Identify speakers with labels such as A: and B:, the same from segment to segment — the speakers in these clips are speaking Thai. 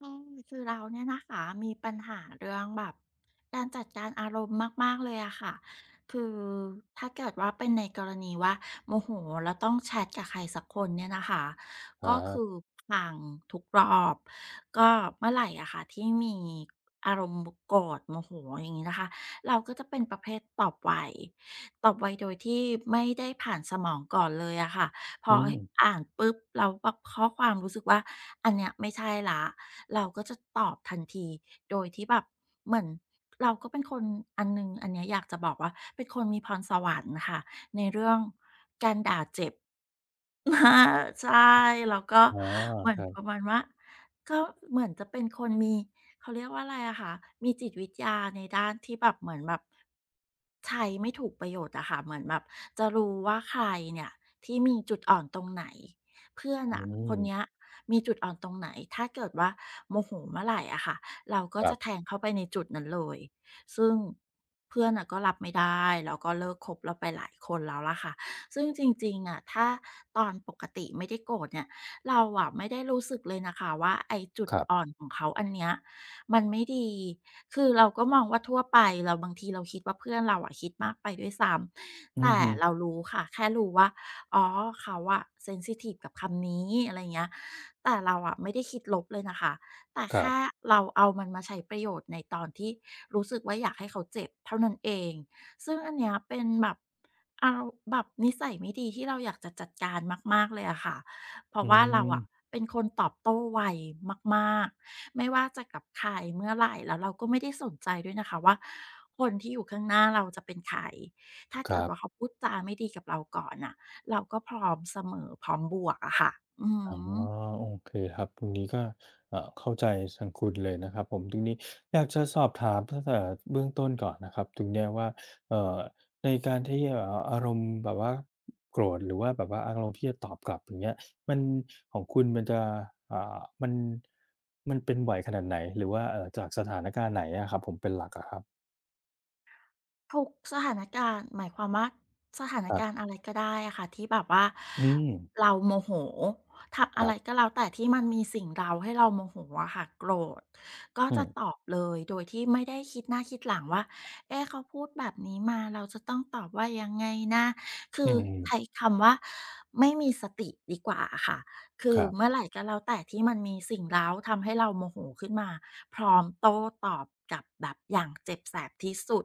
A: ก็คือเราเนี่ยนะคะมีปัญหาเรื่องแบบการจัดการอารมณ์มากๆเลยอะค่ะคือถ้าเกิดว่าเป็นในกรณีว่าโมโหแล้วต้องแชตกับใครสักคนเนี่ยนะคะ
B: ครั
A: ก็คือ
B: บ
A: พังทุกรอบก็เมื่อไหร่อะค่ะที่มีอารมณ์โกรธโมโหอย่างงี้นะคะเราก็จะเป็นประเภทตอบไวตอบไวโดยที่ไม่ได้ผ่านสมองก่อนเลยอะค่ะ พอ
B: อืม
A: อ่านปุ๊บแล้วแบบข้อความรู้สึกว่าอันเนี้ยไม่ใช่ละเราก็จะตอบทันทีโดยที่แบบเหมือนเราก็เป็นคนอันหนึ่งอันเนี้ยอยากจะบอกว่าเป็นคนมีพรสวรรค์ค่ะในเรื่องการด่าเจ็บ อาใช่แล้วก็
B: อ๋อ
A: เหมือ
B: ค
A: น
B: รั
A: ประ
B: บ
A: มาณว่าก็เหมือนจะเป็นคนมีเขาเรียกว่าอะไรอะคะมีจิตวิทยาในด้านที่แบบเหมือนแบบใช้ไม่ถูกประโยชน์อะค่ะเหมือนแบบจะรู้ว่าใครเนี่ยที่มีจุดอ่อนตรงไหนเพื่อน
B: อื
A: น่ะค
B: ม
A: นเนี้ยมีจุดอ่อนตรงไหนถ้าเกิดว่าโมโหเมื่อไรอะค่ะเราก็
B: ครั
A: จะแท
B: บ
A: งเข้าไปในจุดนั้นเลยซึ่งเพื่อนน่ะก็รับไม่ได้แล้วก็เลิกคบเราไปหลายคนแล้วล่ะค่ะ ซึ่งจริงๆอะถ้าตอนปกติไม่ได้โกรธเนี่ย เราอะไม่ได้รู้สึกเลยนะคะว่าไอ้จุด
B: ครับ
A: อ่อนของเขาอันเนี้ยมันไม่ดี คือเราก็มองว่าทั่วไปเราบางทีเราคิดว่าเพื่อนเราอะคิดมากไปด้วยซ้ำ
B: อือ
A: แต่
B: ฮึ
A: เรารู้ค่ะ แค่รู้ว่าอ๋อเขาอะเซนซิทีฟกับคำนี้อะไรเงี้ยแต่เราอะไม่ได้คิดลบเลยนะคะ แต่
B: ครั
A: แค่
B: บ
A: เราเอามันมาใช้ประโยชน์ในตอนที่รู้สึกว่าอยากให้เขาเจ็บเท่านั้นเอง ซึ่งอันเนี้ยเป็นแบบเอาแบบนิสัยไม่ดีที่เราอยากจะจัดการมากๆเลยอะค่ะเพราะ
B: อื
A: ว่าเราอะ
B: ม
A: เป็นคนตอบโต้ไวมากๆไม่ว่าจะกับใครเมื่อไรแล้วเราก็ไม่ได้สนใจด้วยนะคะว่าคนที่อยู่ข้างหน้าเราจะเป็นใครถ้า
B: ค
A: เกิ
B: รั
A: ดว่าเขา
B: บ
A: พูดจาไม่ดีกับเราก่อนน่ะเราก็พร้อมเสมอพร้อมบวกอะค่ะอือ
B: อ๋อ
A: ฮึ
B: โอเคครับ ตรงนี้ก็เข้าใจทางคุณเลยนะครับผมตรงนี้อยากจะสอบถามตั้งแต่เบื้องต้นก่อนนะครับตรงเนี้ยว่าเอ่อในการที่อารมณ์แบบว่าโกรธหรือว่าแบบว่าอารมณ์ที่จะตอบกลับอย่างเงี้ยมันของคุณมันจะอ่ามันมันเป็นบ่อยขนาดไหนหรือว่าจากสถานการณ์ไหนอะครับผมเป็นหลักอะครับ
A: ทุกสถานการณ์หมายความว่าสถาน
B: ครั
A: การณ์
B: บ
A: อะไรก็ได้อะค่ะที่แบบว่า
B: อืม
A: เราโมโหทำ
B: ค
A: อะ
B: รั
A: ไร
B: บ
A: ก็แล้วแต่ที่มันมีสิ่งเร้าให้เราโมโหอะค่ะโกรธก็
B: อื
A: จะ
B: ม
A: ตอบเลยโดยที่ไม่ได้คิดหน้าคิดหลังว่าเอ๊ะเขาพูดแบบนี้มาเราจะต้องตอบว่ายังไงนะคื
B: อื
A: อ
B: ม
A: ใช้คำว่าไม่มีสติดีกว่าอะค่ะคือ
B: ครั
A: เมื่
B: บ
A: อไรก็แล้วแต่ที่มันมีสิ่งเร้าทำให้เราโมโหขึ้นมาพร้อมโต้ตอบกลับแบบอย่างเจ็บแสบที่สุด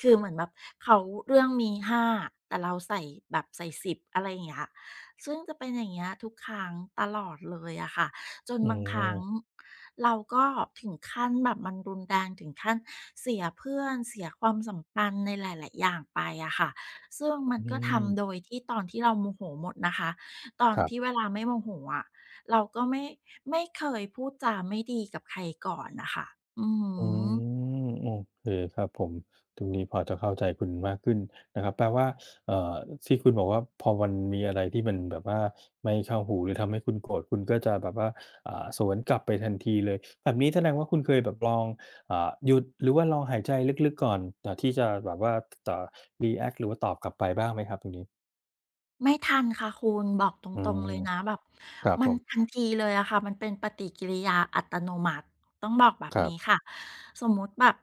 A: คือเหมือนแบบเขาเรื่องมี5แต่เราใส่แบบใส่10อะไรอย่างเงี้ยซึ่งจะเป็นอย่างเงี้ยทุกครั้งตลอดเลยอะค่ะจน
B: อื
A: บางครั้ง
B: ม
A: เราก็ถึงขั้นแบบมันรุนแรงถึงขั้นเสียเพื่อนเสียความสัมพันธ์ในหลายๆอย่างไปอะค่ะซึ่งมัน
B: อื
A: ก็
B: ม
A: ทำโดยที่ตอนที่เราโมโหหมดนะคะตอน
B: ครั
A: ที่
B: บ
A: เวลาไม่โมโหอะเราก็ไม่ไม่เคยพูดจาไม่ดีกับใครก่อนนะคะอือหื
B: อื
A: อ
B: มโอเคครับผมตรงนี้พอจะเข้าใจคุณมากขึ้นนะครับ แปลว่าเอ่อที่คุณบอกว่าพอมันมีอะไรที่มันแบบว่าไม่เข้าหูหรือทำให้คุณโกรธคุณก็จะแบบว่าสวนกลับไปทันทีเลย แบบนี้แสดงว่าคุณเคยแบบลองหยุดหรือว่าลองหายใจลึกๆก่อนที่จะแบบว่าอ่รีแอกต์หรือว่าตอบกลับไปบ้างไหมครับตรงนี้
A: ไม่ทันค่ะคุณบอกต
B: อื
A: รง
B: ม
A: ๆเลยนะแบบ
B: ครับ
A: มั
B: ผ
A: น
B: ม
A: ทันทีเลยอะค่ะมันเป็นปฏิกิริยาอัตโนมัติต้องบอกแบบ
B: ครั
A: นี้
B: บ
A: ค่ะสมมุติแบบ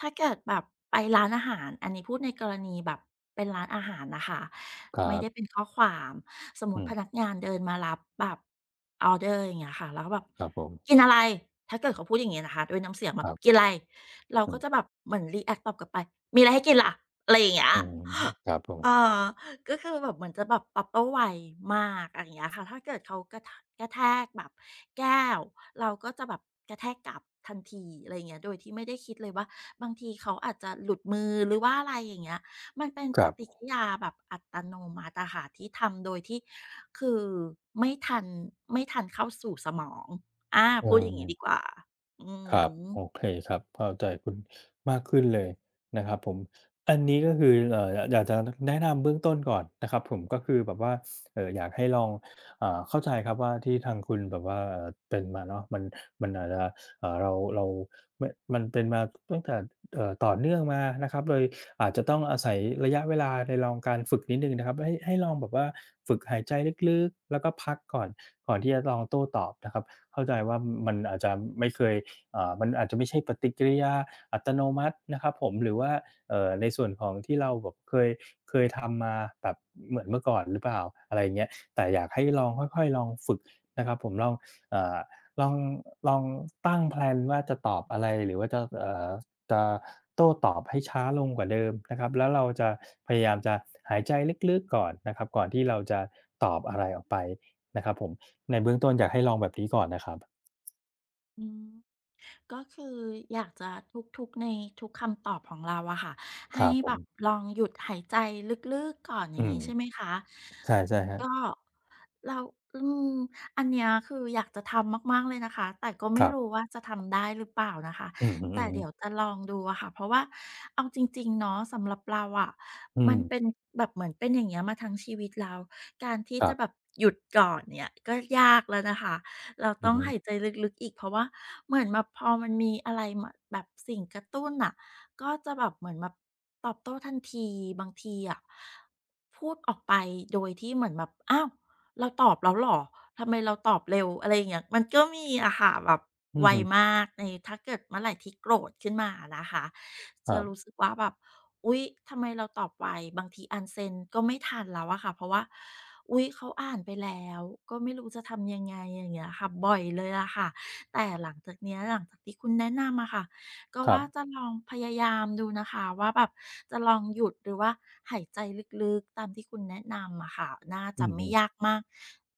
A: ถ้าเกิดแบบไปร้านอาหารอันนี้พูดในกรณีแบบเป็นร้านอาหารนะคะ
B: ครั
A: ไม่ได้
B: บ
A: เป็นข้อความสมมุ
B: อื
A: ติ
B: ม
A: พนักงานเดินมารับแบบออร์เดอร์อย่างเงี้ยค่ะแล้วก็แบบ
B: ครับผม
A: กินอะไรถ้าเกิดเขาพูดอย่างงี้นะคะด้วยน้ำเสียงแบ
B: ค
A: บ
B: รั
A: กิน
B: บ
A: ไรเรา
B: อื
A: ก็
B: ม
A: จะแบบเหมือนรีแอกตอบกลับไปมีอะไรให้กินล่ะอะไรอย่างเงี้ย
B: อืม ครับผม
A: เออ ก็คือแบบเหมือนจะแบบตอบโต้ไวมากอะไรอย่างเงี้ยค่ะถ้าเกิดเขากระทะกระแทกแบบแก้วเราก็จะแบบกระแทกกลับทันทีอะไรอย่างเงี้ยโดยที่ไม่ได้คิดเลยว่าบางทีเขาอาจจะหลุดมือหรือว่าอะไรอย่างเงี้ยมันเป็น
B: ค
A: ป
B: รับ
A: ฏิกิริยาแบบอัตโนมัติอะค่ะที่ทำโดยที่คือไม่ทันไม่ทันเข้าสู่สมองอา
B: เออ
A: พูดอย่างงี้ดีกว่าอื
B: ครับ
A: อ
B: โอเคครับเข้าใจคุณมากขึ้นเลยนะครับผมอันนี้ก็คืออยากจะแนะนำเบื้องต้นก่อนนะครับผมก็คือแบบว่าอยากให้ลองเข้าใจครับว่าที่ทางคุณแบบว่าเป็นมาเนาะมันอาจจะเรามมันเป็นมาตั้งแต่ต่อเนื่องมานะครับเลยอาจจะต้องอาศัยระยะเวลาในลองการฝึกนิดหนึ่งนะครับให้ลองแบบว่าฝึกหายใจลึกๆแล้วก็พักก่อนที่จะลองโต้ตอบนะครับเข้าใจว่ามันอาจจะไม่เคย มันอาจจะไม่ใช่ปฏิกิริยาอัตโนมัตินะครับผมหรือว่าในส่วนของที่เราแบบเคยทำมาแบบเหมือนเมื่อก่อนหรือเปล่าอะไรเงี้ยแต่อยากให้ลองค่อยๆลองฝึกนะครับผมลองเอ่อลองลองตั้งแพลนว่าจะตอบอะไรหรือว่าจะจะโต้ตอบให้ช้าลงกว่าเดิมนะครับแล้วเราจะพยายามจะหายใจลึกๆก่อนนะครับก่อนที่เราจะตอบอะไรออกไปนะครับผมในเบื้องต้นอยากให้ลองแบบนี้ก่อนนะครับ
A: อืม ก็คืออยากจะทุกๆในทุกคำตอบของเราอะค่ะ
B: ค
A: ให้
B: รับผ
A: แบ
B: ม
A: บลองหยุดหายใจลึกๆก่อนอย่าง
B: อืม
A: นี้ใช่ไหมคะ
B: ใช่ใช่ครั
A: ก็
B: บ
A: เราอืมอันเนี้ยคืออยากจะทำมากๆเลยนะคะแต่ก็
B: ค
A: ไม่
B: รับ
A: รู้ว่าจะทำได้หรือเปล่านะคะ
B: อือฮึ
A: แต่เดี๋ยว
B: ๆ
A: จะลองดูอะค่ะเพราะว่าเอาจริงๆเนาะสำหรับเราอะ
B: อื
A: มั
B: ม
A: นเป็นแบบเหมือนเป็นอย่างเงี้ยมาทั้งชีวิตเราการที่
B: ครั
A: จะแบบ
B: บ
A: หยุดก่อนเนี่ยก็ยากแล้วนะคะ เรา
B: อื
A: ต้อ
B: อ
A: ง
B: ฮึ
A: หายใจลึกๆอีกเพราะว่าเหมือนแบบพอมันมีอะไรมาแบบสิ่งกระตุ้นอ่ะก็จะแบบเหมือนแบบตอบโต้ทันทีบางทีอ่ะพูดออกไปโดยที่เหมือนแบบอ้าวเราตอบแล้วเหรอทำไมเราตอบเร็วอะไรอย่างเงี้ยมันก็มีอะค่ะแบบ
B: อือ
A: ไว
B: ฮึ
A: มากในถ้าเกิดเมื่อไหร่ที่โกรธขึ้นมานะคะ
B: ค
A: จะ
B: รั
A: รู้
B: บ
A: สึกว่าแบบอุ๊ยทำไมเราตอบไวบางทีอันเซ็นก็ไม่ทันแล้วอะค่ะเพราะว่าอุ๊ยเขาอ่านไปแล้วก็ไม่รู้จะทำยังไงอย่างเงี้ยค่ะบ่อยเลยละค่ะแต่หลังจากเนี้ยหลังจากที่คุณแนะนำอะค่ะก็
B: ครั
A: ว่า
B: บ
A: จะลองพยายามดูนะคะว่าแบบจะลองหยุดหรือว่าหายใจลึกๆตามที่คุณแนะนำอะค่ะน่า
B: อื
A: จะ
B: อ
A: ไม่
B: ฮึ
A: ยากมาก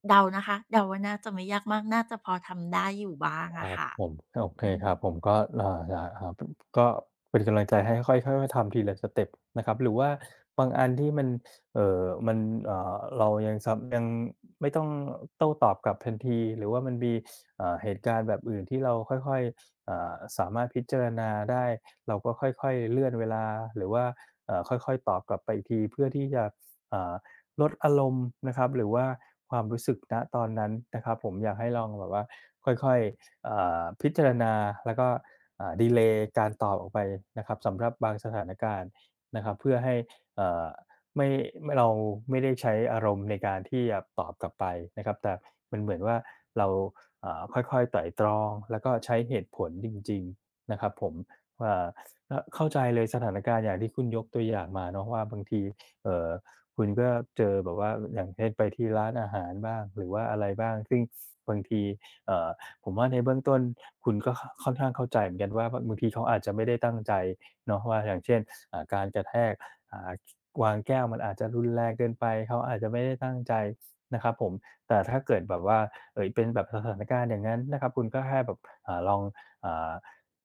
A: เดานะคะเดาว่าน่าจะไม่ยากมากน่าจะพอทำได้อยู่บ้าง
B: ค
A: อะ
B: รับ
A: ค่ะ
B: ผมโอเค
A: อื
B: ค
A: ม
B: รับผมก็อยากก็เป็นกำลังใจให้ค่อยค่อยๆทำทีละสเต็ปนะครับหรือว่าบางอันที่มันเรายังไม่ต้องโต้ตอบกลับทันทีหรือว่ามันมีเหตุการณ์แบบอื่นที่เราค่อยๆสามารถพิจารณาได้เราก็ค่อยๆเลื่อนเวลาหรือว่าค่อยๆตอบกลับไปอีกทีเพื่อที่จะอ่าลดอารมณ์นะครับหรือว่าความรู้สึกณตอนนั้นนะครับผมอยากให้ลองแบบว่าค่อยๆ เอ่พิจารณาแล้วก็ดีเลย์การตอบออกไปนะครับสำหรับบางสถานการณ์นะครับเพื่อให้เอ่อไม่ไม่เราไม่ได้ใช้อารมณ์ในการที่จะตอบกลับไปนะครับแต่มันเหมือนว่าเราค่อยๆไตร่ตรองแล้วก็ใช้เหตุผลจริงๆนะครับผมว่าก็เข้าใจเลยสถานการณ์อย่างที่คุณยกตัวอย่างมาเนาะว่าบางทีเอ่อคุณก็เจอแบบว่าอย่างเช่นไปที่ร้านอาหารบ้างหรือว่าอะไรบ้างซึ่งบางทีเอ่อ ผมว่าในเบื้องต้นคุณก็ค่อนข้างเข้าใจเหมือนกันว่าบบางทีเขาอาจจะไม่ได้ตั้งใจเนาะว่าอย่างเช่นการกระแทกอ่าวางแก้วมันอาจจะรุนแรงเกินไปเขาอาจจะไม่ได้ตั้งใจนะครับผมแต่ถ้าเกิดแบบว่าเป็นแบบสถานการณ์อย่างนั้นนะครับคุณก็แค่แบบลองอ่า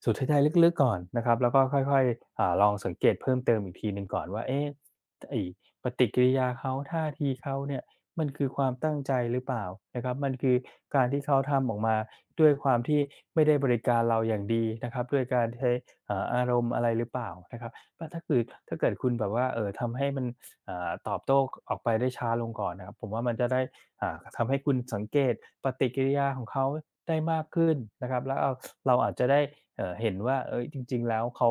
B: สูดหายใจลึกๆก่อนนะครับแล้วก็ค่อยๆลองสังเกตเพิ่มเติมอีกทีหนึ่งก่อนว่าเอ๊ะไอ้ปฏิกิริยาเขาท่าทีเขาเนี่ยมันคือความตั้งใจหรือเปล่านะครับมันคือการที่เขาทำออกมา ด้วยความที่ไม่ได้บริการเราอย่างดีนะครับด้วยการใช้เอ่าอารมณ์อะไรหรือเปล่านะครับก็ถ้าคือถ้าเกิดคุณแบบว่าเออทำให้มันตอบโต้ออกไปได้ช้าลงก่อนนะครับผมว่ามันจะได้ทำให้คุณสังเกตปฏิกิริยาของเขาได้มากขึ้นนะครับแล้วเอาเราอาจจะได้เห็นว่าเอยจริงๆแล้วเขา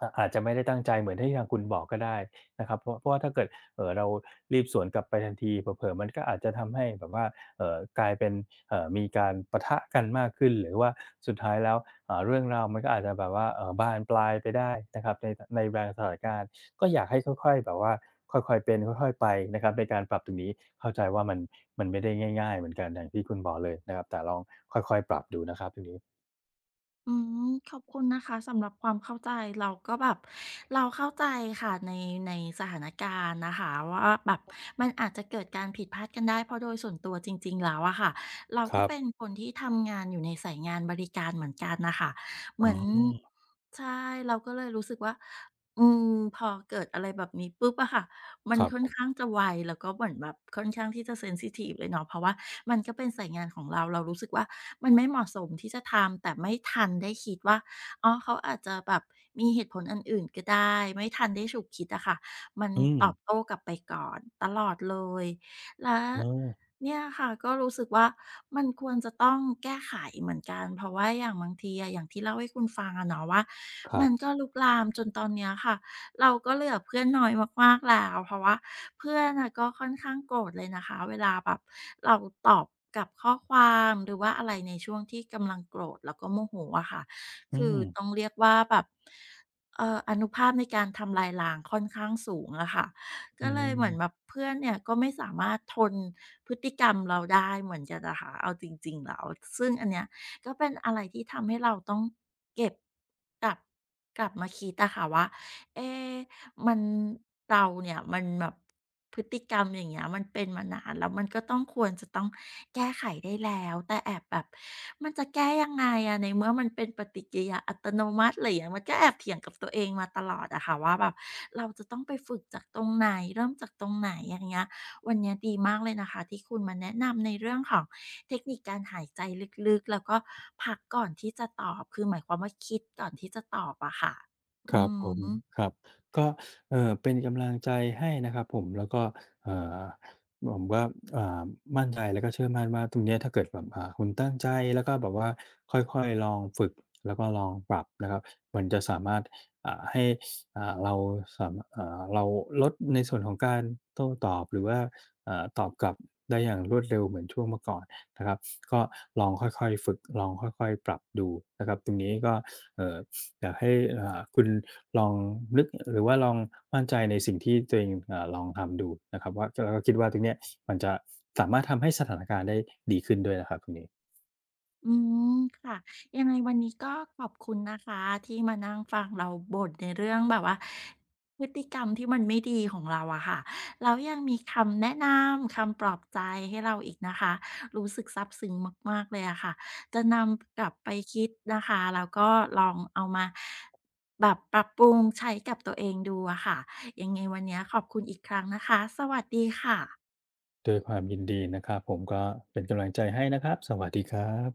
B: อาจจะไม่ได้ตั้งใจเหมือนที่ทางคุณบอกก็ได้นะครับเพราะว่าถ้าเกิดเรารีบสวนกลับไปทันทีเผลอๆมันก็อาจจะทำให้แบบว่า กลายเป็นมีการปะทะกันมากขึ้นหรือว่าสุดท้ายแล้วเรื่องราวมันก็อาจจะแบบว่าบานปลายไปได้นะครับในบางสถานการณ์ก็อยากให้ค่อยๆแบบว่าค่อยๆเป็นค่อยๆไปนะครับในการปรับตรงนี้เข้าใจว่ามันไม่ได้ง่ายๆเหมือนกันอย่างที่คุณบอกเลยนะครับแต่ลองค่อยๆปรับดูนะครับตรงนี้
A: อืมขอบคุณนะคะสำหรับความเข้าใจเราก็แบบเราเข้าใจค่ะในในสถานการณ์นะคะว่าแบบมันอาจจะเกิดการผิดพลาดกันได้เพราะโดยส่วนตัวจริงๆแล้วอะค่ะเรา
B: ค
A: ก็
B: รับ
A: เป็นคนที่ทำงานอยู่ในสายงานบริการเหมือนกันน่ะค่ะเห
B: อ๋
A: มือน
B: อ
A: ใช่เราก็เลยรู้สึกว่า อืมพอเกิดอะไรแบบนี้ปุ๊บอะค่ะมั
B: ค
A: น
B: รับ
A: ค่อ
B: ผ
A: นข้าง
B: ม
A: จะไวแล้วก็เหมือนแบบค่อนข้างที่จะเซนซิทิฟเลยเนาะเพราะว่ามันก็เป็นสายงานของเราเรารู้สึกว่ามันไม่เหมาะสมที่จะทำแต่ไม่ทันได้คิดว่าอ๋อเขาอาจจะแบบมีเหตุผลอันอื่นก็ได้ไม่ทันได้ฉุกคิดอะค่ะมัน
B: อืม
A: ตอบโต้กลับไปก่อนตลอดเลยแล้ว
B: เออ
A: เนี่ยค่ะก็รู้สึกว่ามันควรจะต้องแก้ไขเหมือนกันเพราะว่าอย่างบางทีอะอย่างที่เล่าให้คุณฟังอะเนาะว่า
B: ครั
A: มั
B: บ
A: นก็ลุกลามจนตอนเนี้ยค่ะเราก็เหลือเพื่อนน้อยมากๆแล้วเพราะว่าเพื่อนอะก็ค่อนข้างโกรธเลยนะคะเวลาแบบเราตอบกับข้อความหรือว่าอะไรในช่วงที่กำลังโกรธแล้วก็โมโหอะค่ะ
B: อื
A: คือ
B: ม
A: ต้องเรียกว่าแบบอานุภาพในการทำลายล้างค่อนข้างสูงอะค่ะ ก็
B: อื
A: เลยเหมือนแบบ
B: ม
A: เพื่อนเนี่ยก็ไม่สามารถทนพฤติกรรมเราได้เหมือนกันนะคะเอาจริงๆแล้วซึ่งอันเนี้ยก็เป็นอะไรที่ทำให้เราต้องเก็บกลับกลับมาคิดอะค่ะว่าเอ๊ มันเราเนี่ยมันแบบพฤติกรรมอย่างเงี้ยมันเป็นมานานแล้วมันก็ต้องควรจะต้องแก้ไขได้แล้วแต่แอบแบบมันจะแก้ยังไงอะในเมื่อมันเป็นปฏิกิริยาอัตโนมัติอะไรอย่างเงี้ยมันก็แอบเถียงกับตัวเองมาตลอดอะค่ะว่าแบบเราจะต้องไปฝึกจากตรงไหนเริ่มจากตรงไหนอย่างเงี้ยวันเนี้ยดีมากเลยนะคะที่คุณมาแนะนำในเรื่องของเทคนิคการหายใจลึกๆแล้วก็พักก่อนที่จะตอบคือหมายความว่าคิดก่อนที่จะตอบอะค่ะ
B: ค
A: อื
B: รับผ
A: อ
B: ม
A: ฮึ
B: ครับก็เป็นกำลังใจให้นะครับผมแล้วก็เอ่อผมก็อ่ามั่นใจแล้วก็เชื่อมั่นว่าตรงเนี้ยถ้าเกิดแบบคุณตั้งใจแล้วก็แบบว่าค่อยๆลองฝึกแล้วก็ลองปรับนะครับมันจะสามารถให้เราสามารถเราลดในส่วนของการโต้ตอบหรือว่าตอบกลับได้อย่างรวดเร็วเหมือนช่วงเมื่อก่อนนะครับก็ลองค่อยๆฝึกลองค่อยๆปรับดูนะครับตรงนี้ก็เอ่อ อยากให้คุณลองนึกหรือว่าลองมั่นใจในสิ่งที่ตัวเองลองทำดูนะครับว่าแล้วก็คิดว่าตรงเนี้ยมันจะสามารถทำให้สถานการณ์ได้ดีขึ้นด้วยนะครับตรงนี้
A: อืมค่ะยังไงวันนี้ก็ขอบคุณนะคะที่มานั่งฟังเราบ่นในเรื่องแบบว่าพฤติกรรมที่มันไม่ดีของเราอะค่ะแล้วยังมีคำแนะนำคำปลอบใจให้เราอีกนะคะรู้สึกซาบซึ้งมากๆเลยอะค่ะจะนำกลับไปคิดนะคะแล้วก็ลองเอามาแบบปรับปรุงใช้กับตัวเองดูอะค่ะยังไงวันนี้ขอบคุณอีกครั้งนะคะสวัสดีค่ะ
B: ด้วยความยินดีนะครับผมก็เป็นกำลังใจให้นะครับสวัสดีครับ